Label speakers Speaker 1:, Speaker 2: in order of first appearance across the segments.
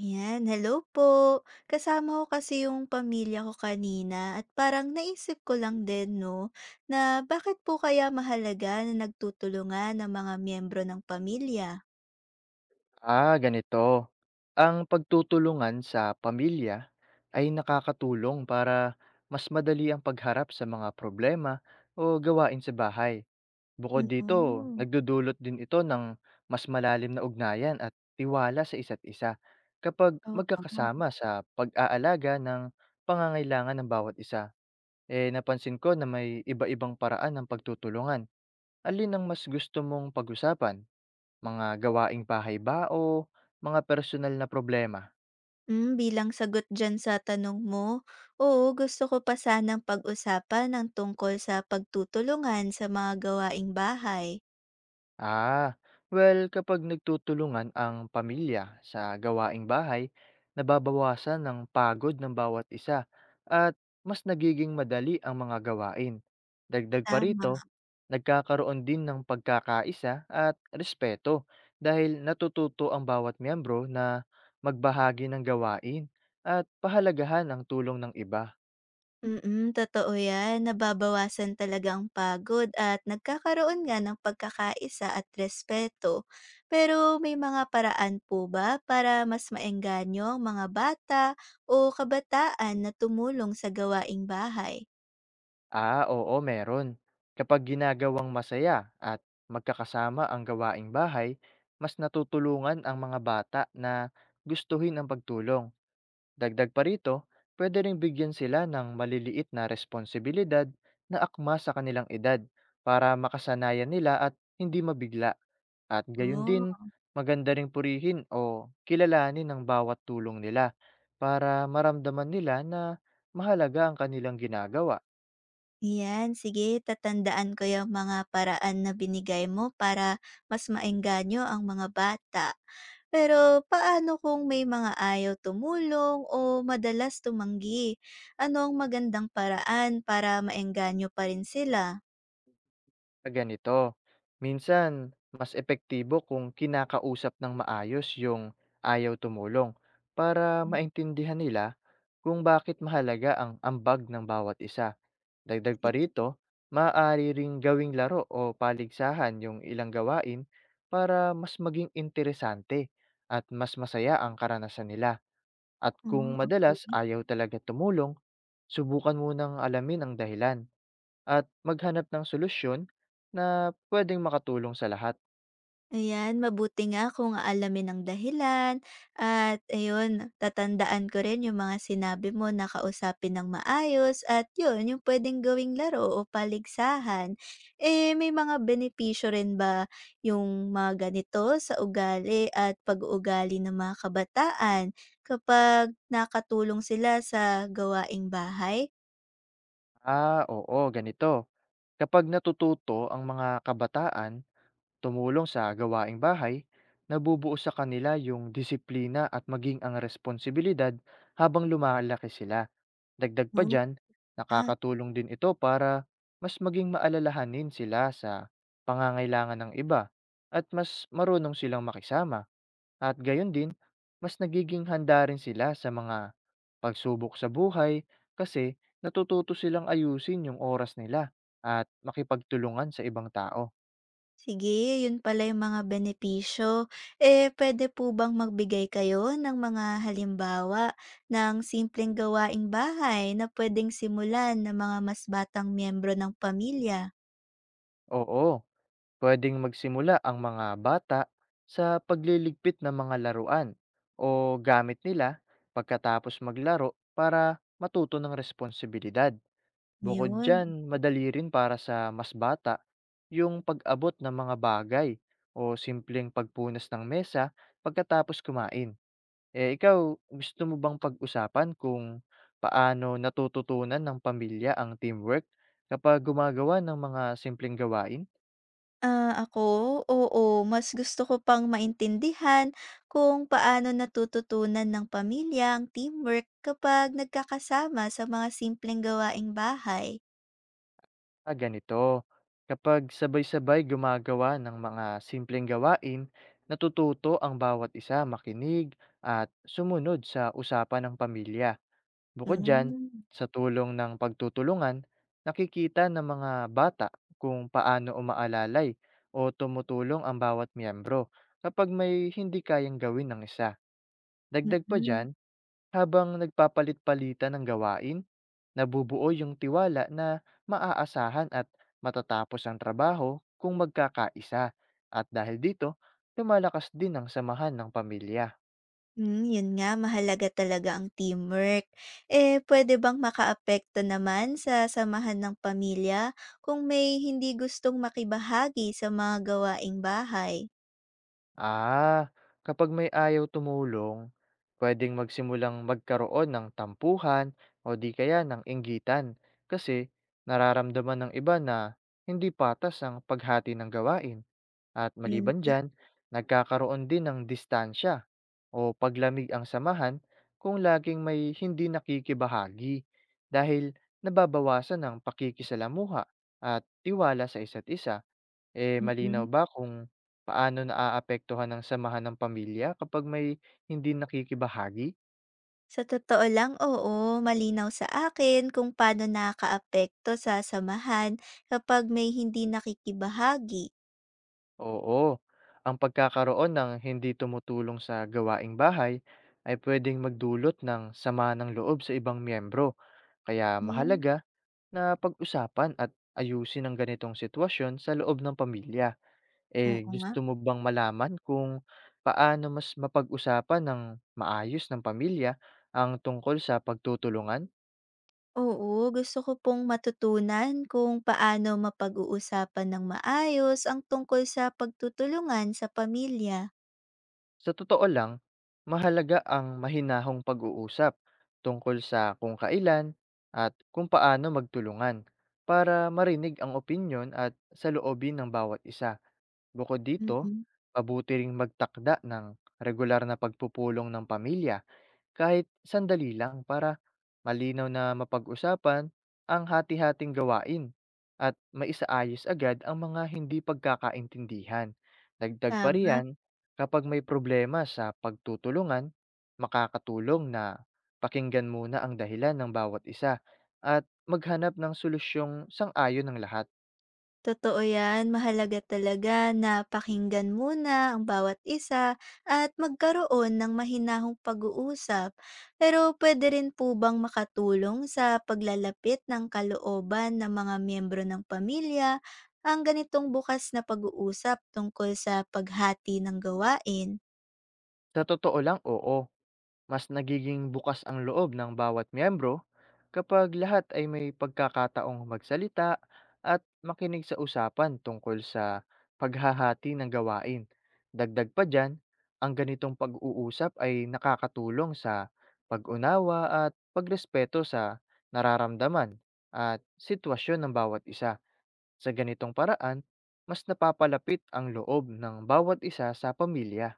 Speaker 1: Ayan, hello po. Kasama ko kasi yung pamilya ko kanina at parang naisip ko lang din, no, na bakit po kaya mahalaga na nagtutulungan ang mga miyembro ng pamilya?
Speaker 2: Ah, ganito. Ang pagtutulungan sa pamilya ay nakakatulong para mas madali ang pagharap sa mga problema o gawain sa bahay. Bukod dito,
Speaker 1: Mm,
Speaker 2: nagdudulot din ito ng mas malalim na ugnayan at tiwala sa isa't isa kapag magkakasama
Speaker 1: oo.
Speaker 2: sa pag-aalaga ng pangangailangan ng bawat isa. Eh, napansin ko na may iba-ibang paraan ng pagtutulungan. Alin ang mas gusto mong pag-usapan? Mga gawaing bahay ba o mga personal na problema?
Speaker 1: Hmm, bilang sagot dyan sa tanong mo, oo, gusto ko pa sanang pag-usapan ng tungkol sa pagtutulungan sa mga gawaing bahay.
Speaker 2: Ah, well kapag nagtutulungan ang pamilya sa gawaing bahay, nababawasan ng pagod ng bawat isa at mas nagiging madali ang mga gawain. Dagdag pa rito,
Speaker 1: Tama.
Speaker 2: nagkakaroon din ng pagkakaisa at respeto dahil natututo ang bawat miyembro na magbahagi ng gawain at pahalagahan ang tulong ng iba.
Speaker 1: Mm, totoo 'yan. Nababawasan talaga ang pagod at nagkakaroon nga ng pagkakaisa at respeto. Pero may mga paraan po ba para mas maengganyo ang mga bata o kabataan na tumulong sa gawaing bahay?
Speaker 2: Ah, oo meron. Kapag ginagawang masaya at magkakasama ang gawaing bahay, mas natutulungan ang mga bata na gustuhin ang pagtulong. Dagdag pa rito, pwede ring bigyan sila ng maliliit na responsibilidad na akma sa kanilang edad para makasanayan nila at hindi mabigla. At gayon din, maganda ring purihin o kilalanin ang bawat tulong nila para maramdaman nila na mahalaga ang kanilang ginagawa.
Speaker 1: Yan, sige, tatandaan ko yung mga paraan na binigay mo para mas maengganyo ang mga bata. Pero paano kung may mga ayaw tumulong o madalas tumanggi? Ano ang magandang paraan para maengganyo pa rin sila?
Speaker 2: Ah, ganito. Minsan, mas epektibo kung kinakausap ng maayos yung ayaw tumulong para
Speaker 1: Hmm,
Speaker 2: maintindihan nila kung bakit mahalaga ang ambag ng bawat isa. Dagdag pa
Speaker 1: sige,
Speaker 2: rito, maaari ring gawing laro o paligsahan yung ilang gawain para mas maging interesante at mas masaya ang karanasan nila. At kung
Speaker 1: hmm,
Speaker 2: madalas
Speaker 1: okey.
Speaker 2: ayaw talaga tumulong, subukan munang alamin ang dahilan at maghanap ng solusyon na pwedeng makatulong sa lahat.
Speaker 1: Ayan, mabuti nga kung alamin ang dahilan at ayun, tatandaan ko rin yung mga sinabi mo na kausapin ng maayos at yun, yung pwedeng gawing laro o paligsahan. Eh, may mga benepisyo rin ba yung mga ganito sa ugali at pag-uugali ng mga kabataan kapag nakatulong sila sa gawaing bahay?
Speaker 2: Ah, oo, ganito. Kapag natututo ang mga kabataan tumulong sa gawaing bahay, nabubuo sa kanila yung disiplina at maging ang responsibilidad habang lumalaki sila. Dagdag pa
Speaker 1: Hmm.
Speaker 2: dyan, nakakatulong din ito para mas maging maalalahanin sila sa pangangailangan ng iba at mas marunong silang makisama. At gayon din, mas nagiging handa rin sila sa mga pagsubok sa buhay kasi natututo silang ayusin yung oras nila at makipagtulungan sa ibang tao.
Speaker 1: Sige, yun pala yung mga benepisyo. Eh, puwede po bang magbigay kayo ng mga halimbawa ng simpleng gawaing bahay na puwedeng simulan ng mga mas batang miyembro ng pamilya?
Speaker 2: Oo, pwedeng magsimula ang mga bata sa pagliligpit ng mga laruan o gamit nila pagkatapos maglaro para matuto ng responsibilidad. Bukod
Speaker 1: Yun.
Speaker 2: diyan, madali rin para sa mas bata yung pag-abot ng mga bagay o simpleng pagpunas ng mesa pagkatapos kumain. Eh ikaw, gusto mo bang pag-usapan kung paano natututunan ng pamilya ang teamwork kapag gumagawa ng mga simpleng gawain?
Speaker 1: Ah, ako? Oo, mas gusto ko pang maintindihan kung paano natututunan ng pamilya ang teamwork kapag nagkakasama sa mga simpleng gawaing bahay.
Speaker 2: Ah, ganito. Kapag sabay-sabay gumagawa ng mga simpleng gawain, natututo ang bawat isa makinig at sumunod sa usapan ng pamilya. Bukod
Speaker 1: Hmm,
Speaker 2: diyan,
Speaker 1: mm.
Speaker 2: sa tulong ng pagtutulungan, nakikita ng mga bata kung paano umaalalay o tumutulong ang bawat miyembro kapag may hindi kayang gawin ng isa. Dagdag pa
Speaker 1: Mm-mm.
Speaker 2: diyan, habang nagpapalit-palitan ng gawain, nabubuo yung tiwala na maaasahan at matatapos ang trabaho kung magkakaisa. At dahil dito, lumalakas din ang samahan ng pamilya.
Speaker 1: Hmm, yun nga mahalaga talaga ang teamwork. Eh, pwede bang makaapekto naman sa samahan ng pamilya kung may hindi gustong makibahagi sa mga gawaing bahay?
Speaker 2: Ah, kapag may ayaw tumulong, pwedeng magsimulang magkaroon ng tampuhan o di kaya ng inggitan kasi nararamdaman ng iba na hindi patas ang paghati ng gawain at
Speaker 1: Yun,
Speaker 2: maliban dyan, nagkakaroon din ng distansya o paglamig ang samahan kung laging may hindi nakikibahagi dahil nababawasan ang pakikisalamuha at tiwala sa isa't isa. Eh, malinaw
Speaker 1: mm.
Speaker 2: ba kung paano naaapektuhan ng samahan ng pamilya kapag may hindi nakikibahagi?
Speaker 1: Sa totoo lang, oo, malinaw sa akin kung paano nakakaapekto sa samahan kapag may hindi nakikibahagi.
Speaker 2: Oo, ang pagkakaroon ng hindi tumutulong sa gawaing bahay ay pwedeng magdulot ng sama ng loob sa ibang miyembro. Kaya
Speaker 1: Hmm,
Speaker 2: mahalaga na pag-usapan at ayusin ang ganitong sitwasyon sa loob ng pamilya. Eh,
Speaker 1: oo nga.
Speaker 2: gusto mo bang malaman kung paano mas mapag-usapan ng maayos ng pamilya ang tungkol sa pagtutulungan?
Speaker 1: Oo, gusto ko pong matutunan kung paano mapag-uusapan ng maayos ang tungkol sa pagtutulungan sa pamilya.
Speaker 2: Sa totoo lang, mahalaga ang mahinahong pag-uusap tungkol sa kung kailan at kung paano magtulungan para marinig ang opinyon at saloobin ng bawat isa. Bukod dito,
Speaker 1: Mm.
Speaker 2: mabuti ring magtakda ng regular na pagpupulong ng pamilya kahit sandali lang para malinaw na mapag-usapan ang hati-hating gawain at maisaayos agad ang mga hindi pagkakaintindihan. Dagdag pa
Speaker 1: Tama,
Speaker 2: riyan, kapag may problema sa pagtutulungan, makakatulong na pakinggan muna ang dahilan ng bawat isa at maghanap ng solusyong sang-ayon ng lahat.
Speaker 1: totoo yan. Mahalaga talaga na pakinggan muna ang bawat isa at magkaroon ng mahinahong pag-uusap. Pero pwede rin po bang makatulong sa paglalapit ng kalooban ng mga miyembro ng pamilya ang ganitong bukas na pag-uusap tungkol sa paghati ng gawain?
Speaker 2: Sa totoo lang, oo. Mas nagiging bukas ang loob ng bawat miyembro kapag lahat ay may pagkakataong magsalita at makinig sa usapan tungkol sa paghahati ng gawain. Dagdag pa dyan, ang ganitong pag-uusap ay nakakatulong sa pag-unawa at pagrespeto sa nararamdaman at sitwasyon ng bawat isa. Sa ganitong paraan, mas napapalapit ang loob ng bawat isa sa pamilya.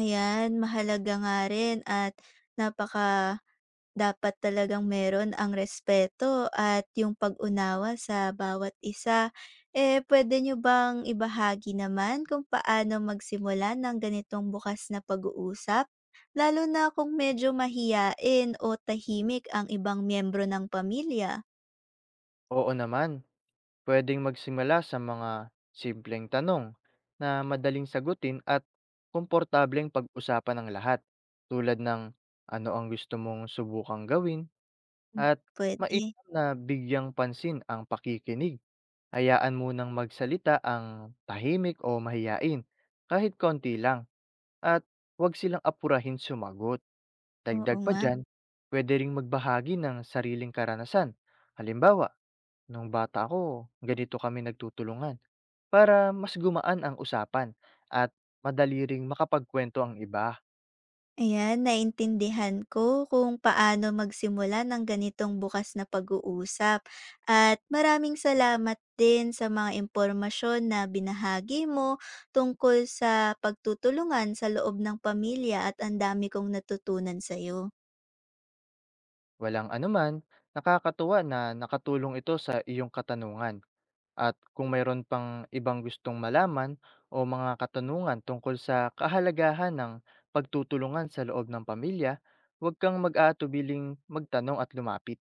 Speaker 1: Ayan, mahalaga nga rin at napaka dapat talagang meron ang respeto at yung pag-unawa sa bawat isa. Eh, pwede nyo bang ibahagi naman kung paano magsimula ng ganitong bukas na pag-uusap? Lalo na kung medyo mahiyain o tahimik ang ibang miyembro ng pamilya.
Speaker 2: Oo naman, puwedeng magsimula sa mga simpleng tanong na madaling sagutin at komportableng pag-usapan ng lahat, tulad ng ano ang gusto mong subukang gawin
Speaker 1: Mm.
Speaker 2: at
Speaker 1: Pwede,
Speaker 2: mainam na bigyang pansin ang pakikinig. Hayaan munang magsalita ang tahimik o mahiyain, kahit konti lang, at huwag silang apurahin sumagot.
Speaker 1: oo
Speaker 2: Dagdag pa
Speaker 1: nga.
Speaker 2: dyan, puwede ring magbahagi ng sariling karanasan. Halimbawa, nung bata ako, ganito kami nagtutulungan para mas gumaan ang usapan at madali ring makapagkwento ang iba.
Speaker 1: Ayan, naintindihan ko kung paano magsimula ng ganitong bukas na pag-uusap. At maraming salamat din sa mga impormasyon na binahagi mo tungkol sa pagtutulungan sa loob ng pamilya at ang dami kong natutunan sa iyo.
Speaker 2: Walang anuman, nakakatuwa na nakatulong ito sa iyong katanungan. At kung mayroon pang ibang gustong malaman o mga katanungan tungkol sa kahalagahan ng pagtutulungan sa loob ng pamilya, huwag kang mag-aatubiling magtanong at lumapit.